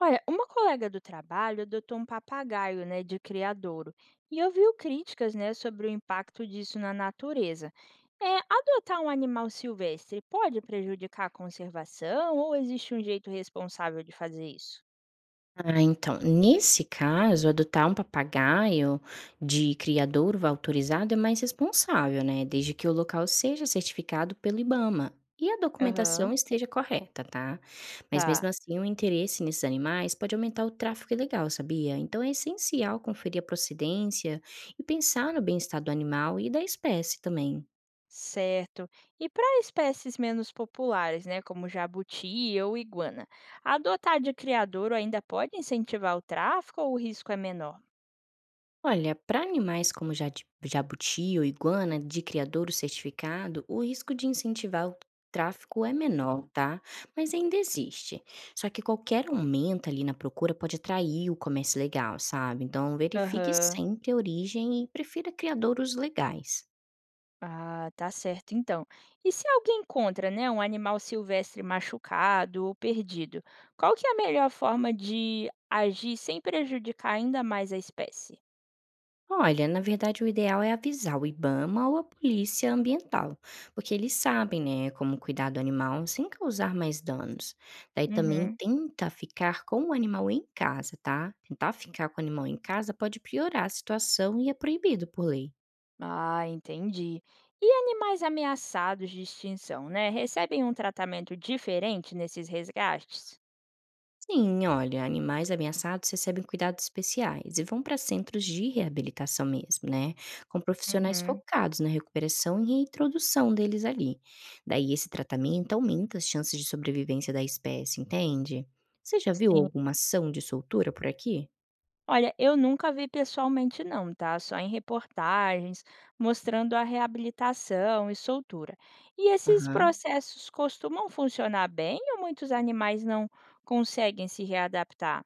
Olha, uma colega do trabalho adotou um papagaio, né, de criadouro, e ouviu críticas, né, sobre o impacto disso na natureza. É, adotar um animal silvestre pode prejudicar a conservação ou existe um jeito responsável de fazer isso? Ah, então, nesse caso, adotar um papagaio de criador autorizado é mais responsável, né? Desde que o local seja certificado pelo IBAMA e a documentação Aham, esteja correta, tá? Mas tá, mesmo assim, o interesse nesses animais pode aumentar o tráfico ilegal, sabia? Então é essencial conferir a procedência e pensar no bem-estar do animal e da espécie também. certo. E para espécies menos populares, né, como jabuti ou iguana, adotar de criadouro ainda pode incentivar o tráfico ou o risco é menor? Olha, para animais como jabuti ou iguana de criadouro certificado, o risco de incentivar o tráfico é menor, tá? Mas ainda existe. Só que qualquer aumento ali na procura pode atrair o comércio legal, sabe? Então verifique Aham. sempre a origem e prefira criadouros legais. Ah, tá certo então. E se alguém encontra, né, um animal silvestre machucado ou perdido, qual que é a melhor forma de agir sem prejudicar ainda mais a espécie? Olha, na verdade, o ideal é avisar o IBAMA ou a polícia ambiental, porque eles sabem, né, como cuidar do animal sem causar mais danos. Daí também Uhum. tenta ficar com o animal em casa, tá? Tentar ficar com o animal em casa pode piorar a situação e é proibido por lei. Ah, entendi. E animais ameaçados de extinção, né, recebem um tratamento diferente nesses resgates? Sim, olha, animais ameaçados recebem cuidados especiais e vão para centros de reabilitação mesmo, né? Com profissionais Uhum. focados na recuperação e reintrodução deles ali. Daí esse tratamento aumenta as chances de sobrevivência da espécie, entende? Você já viu Sim. alguma ação de soltura por aqui? Olha, eu nunca vi pessoalmente não, tá? Só em reportagens, mostrando a reabilitação e soltura. E esses Aham. processos costumam funcionar bem ou muitos animais não conseguem se readaptar?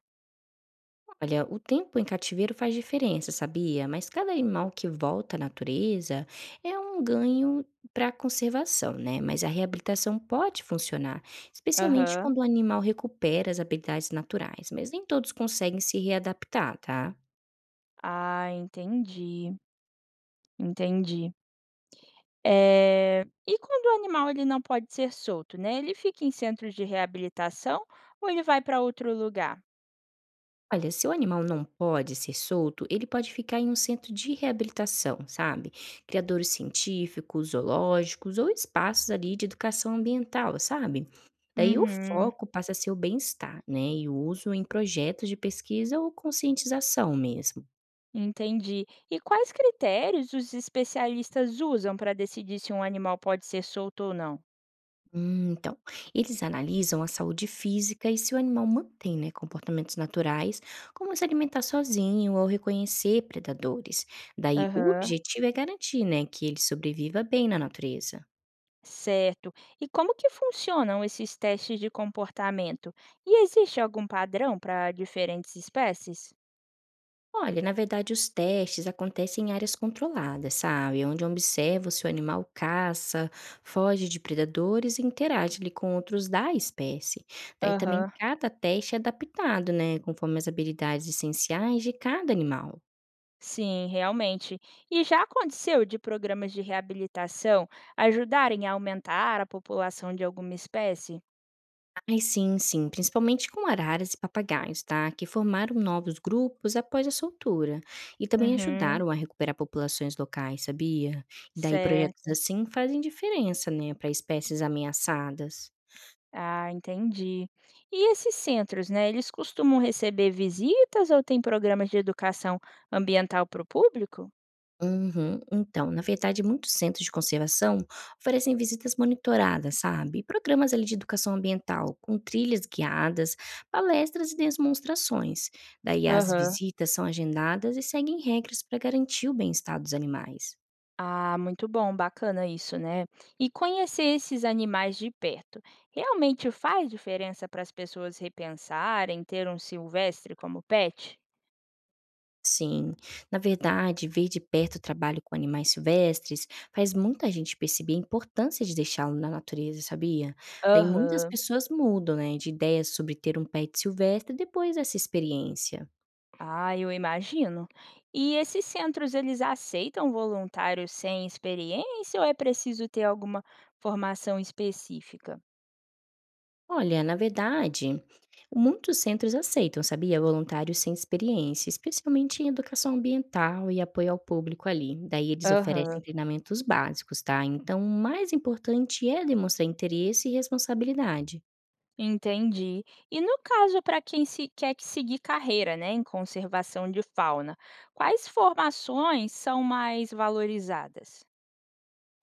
Olha, o tempo em cativeiro faz diferença, sabia? Mas cada animal que volta à natureza é um ganho para a conservação, né? Mas a reabilitação pode funcionar, especialmente Aham. quando o animal recupera as habilidades naturais, mas nem todos conseguem se readaptar, tá? Ah, entendi, entendi. E quando o animal ele não pode ser solto, né? Ele fica em centros de reabilitação ou ele vai para outro lugar? Olha, se o animal não pode ser solto, ele pode ficar em um centro de reabilitação, sabe? Criadores científicos, zoológicos ou espaços ali de educação ambiental, sabe? Daí o Uhum. foco passa a ser o bem-estar, né? E o uso em projetos de pesquisa ou conscientização mesmo. Entendi. E quais critérios os especialistas usam para decidir se um animal pode ser solto ou não? Então, eles analisam a saúde física e se o animal mantém, né, comportamentos naturais, como se alimentar sozinho ou reconhecer predadores. Daí, o Aham. objetivo é garantir, né, que ele sobreviva bem na natureza. Certo. E como que funcionam esses testes de comportamento? E existe algum padrão para diferentes espécies? Olha, na verdade, os testes acontecem em áreas controladas, sabe? Onde observa se o animal caça, foge de predadores e interage ali com outros da espécie. Daí também Aham. cada teste é adaptado, né, conforme as habilidades essenciais de cada animal. Sim, realmente. E já aconteceu de programas de reabilitação ajudarem a aumentar a população de alguma espécie? Ai, sim, sim, principalmente com araras e papagaios, tá? Que formaram novos grupos após a soltura e também Uhum. ajudaram a recuperar populações locais, sabia? Daí projetos Certo. assim fazem diferença, né, para espécies ameaçadas. Ah, entendi. E esses centros, né, eles costumam receber visitas ou tem programas de educação ambiental para o público? Uhum. Então, na verdade, muitos centros de conservação oferecem visitas monitoradas, sabe? E programas ali de educação ambiental, com trilhas guiadas, palestras e demonstrações. Daí as Aham. visitas são agendadas e seguem regras para garantir o bem-estar dos animais. Ah, muito bom, bacana isso, né? E conhecer esses animais de perto realmente faz diferença para as pessoas repensarem ter um silvestre como pet? Sim, na verdade, ver de perto o trabalho com animais silvestres faz muita gente perceber a importância de deixá-lo na natureza, sabia? Daí muitas Aham. pessoas mudam, né, de ideia sobre ter um pet silvestre depois dessa experiência. Ah, eu imagino. E esses centros, eles aceitam voluntários sem experiência ou é preciso ter alguma formação específica? Olha, na verdade, muitos centros aceitam, sabia? Voluntários sem experiência, especialmente em educação ambiental e apoio ao público ali. Daí eles oferecem Aham. treinamentos básicos, tá? Então, o mais importante é demonstrar interesse e responsabilidade. Entendi. E no caso para quem se quer que seguir carreira, né, em conservação de fauna, quais formações são mais valorizadas?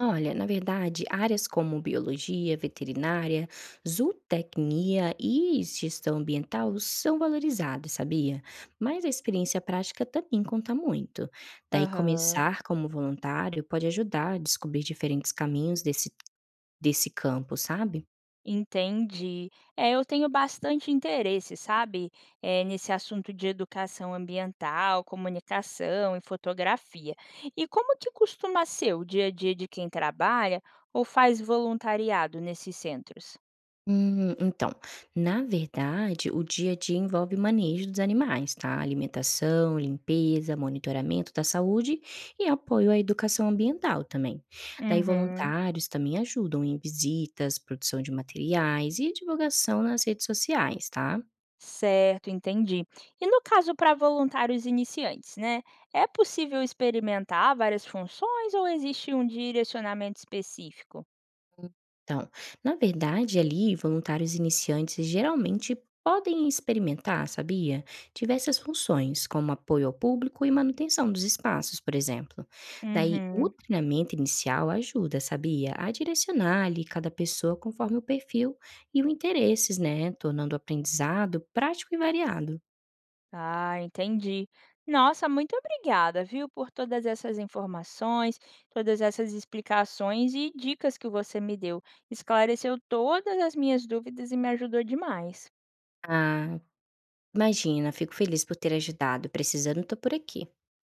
Olha, na verdade, áreas como biologia, veterinária, zootecnia e gestão ambiental são valorizadas, sabia? Mas a experiência prática também conta muito. Daí, Aham. começar como voluntário pode ajudar a descobrir diferentes caminhos desse campo, sabe? Entendi. É, eu tenho bastante interesse, sabe, nesse assunto de educação ambiental, comunicação e fotografia. E como que costuma ser o dia a dia de quem trabalha ou faz voluntariado nesses centros? Então, na verdade, o dia a dia envolve manejo dos animais, tá? Alimentação, limpeza, monitoramento da saúde e apoio à educação ambiental também. Daí, Uhum. voluntários também ajudam em visitas, produção de materiais e divulgação nas redes sociais, tá? Certo, entendi. E no caso para voluntários iniciantes, né? É possível experimentar várias funções ou existe um direcionamento específico? Então, na verdade, ali, voluntários iniciantes geralmente podem experimentar, sabia? Diversas funções, como apoio ao público e manutenção dos espaços, por exemplo. Daí, o Uhum. treinamento inicial ajuda, sabia? A direcionar ali cada pessoa conforme o perfil e o interesses, né? Tornando o aprendizado prático e variado. Ah, entendi. Nossa, muito obrigada, viu, por todas essas informações, todas essas explicações e dicas que você me deu. Esclareceu todas as minhas dúvidas e me ajudou demais. Ah, imagina, fico feliz por ter ajudado. Precisando, tô por aqui.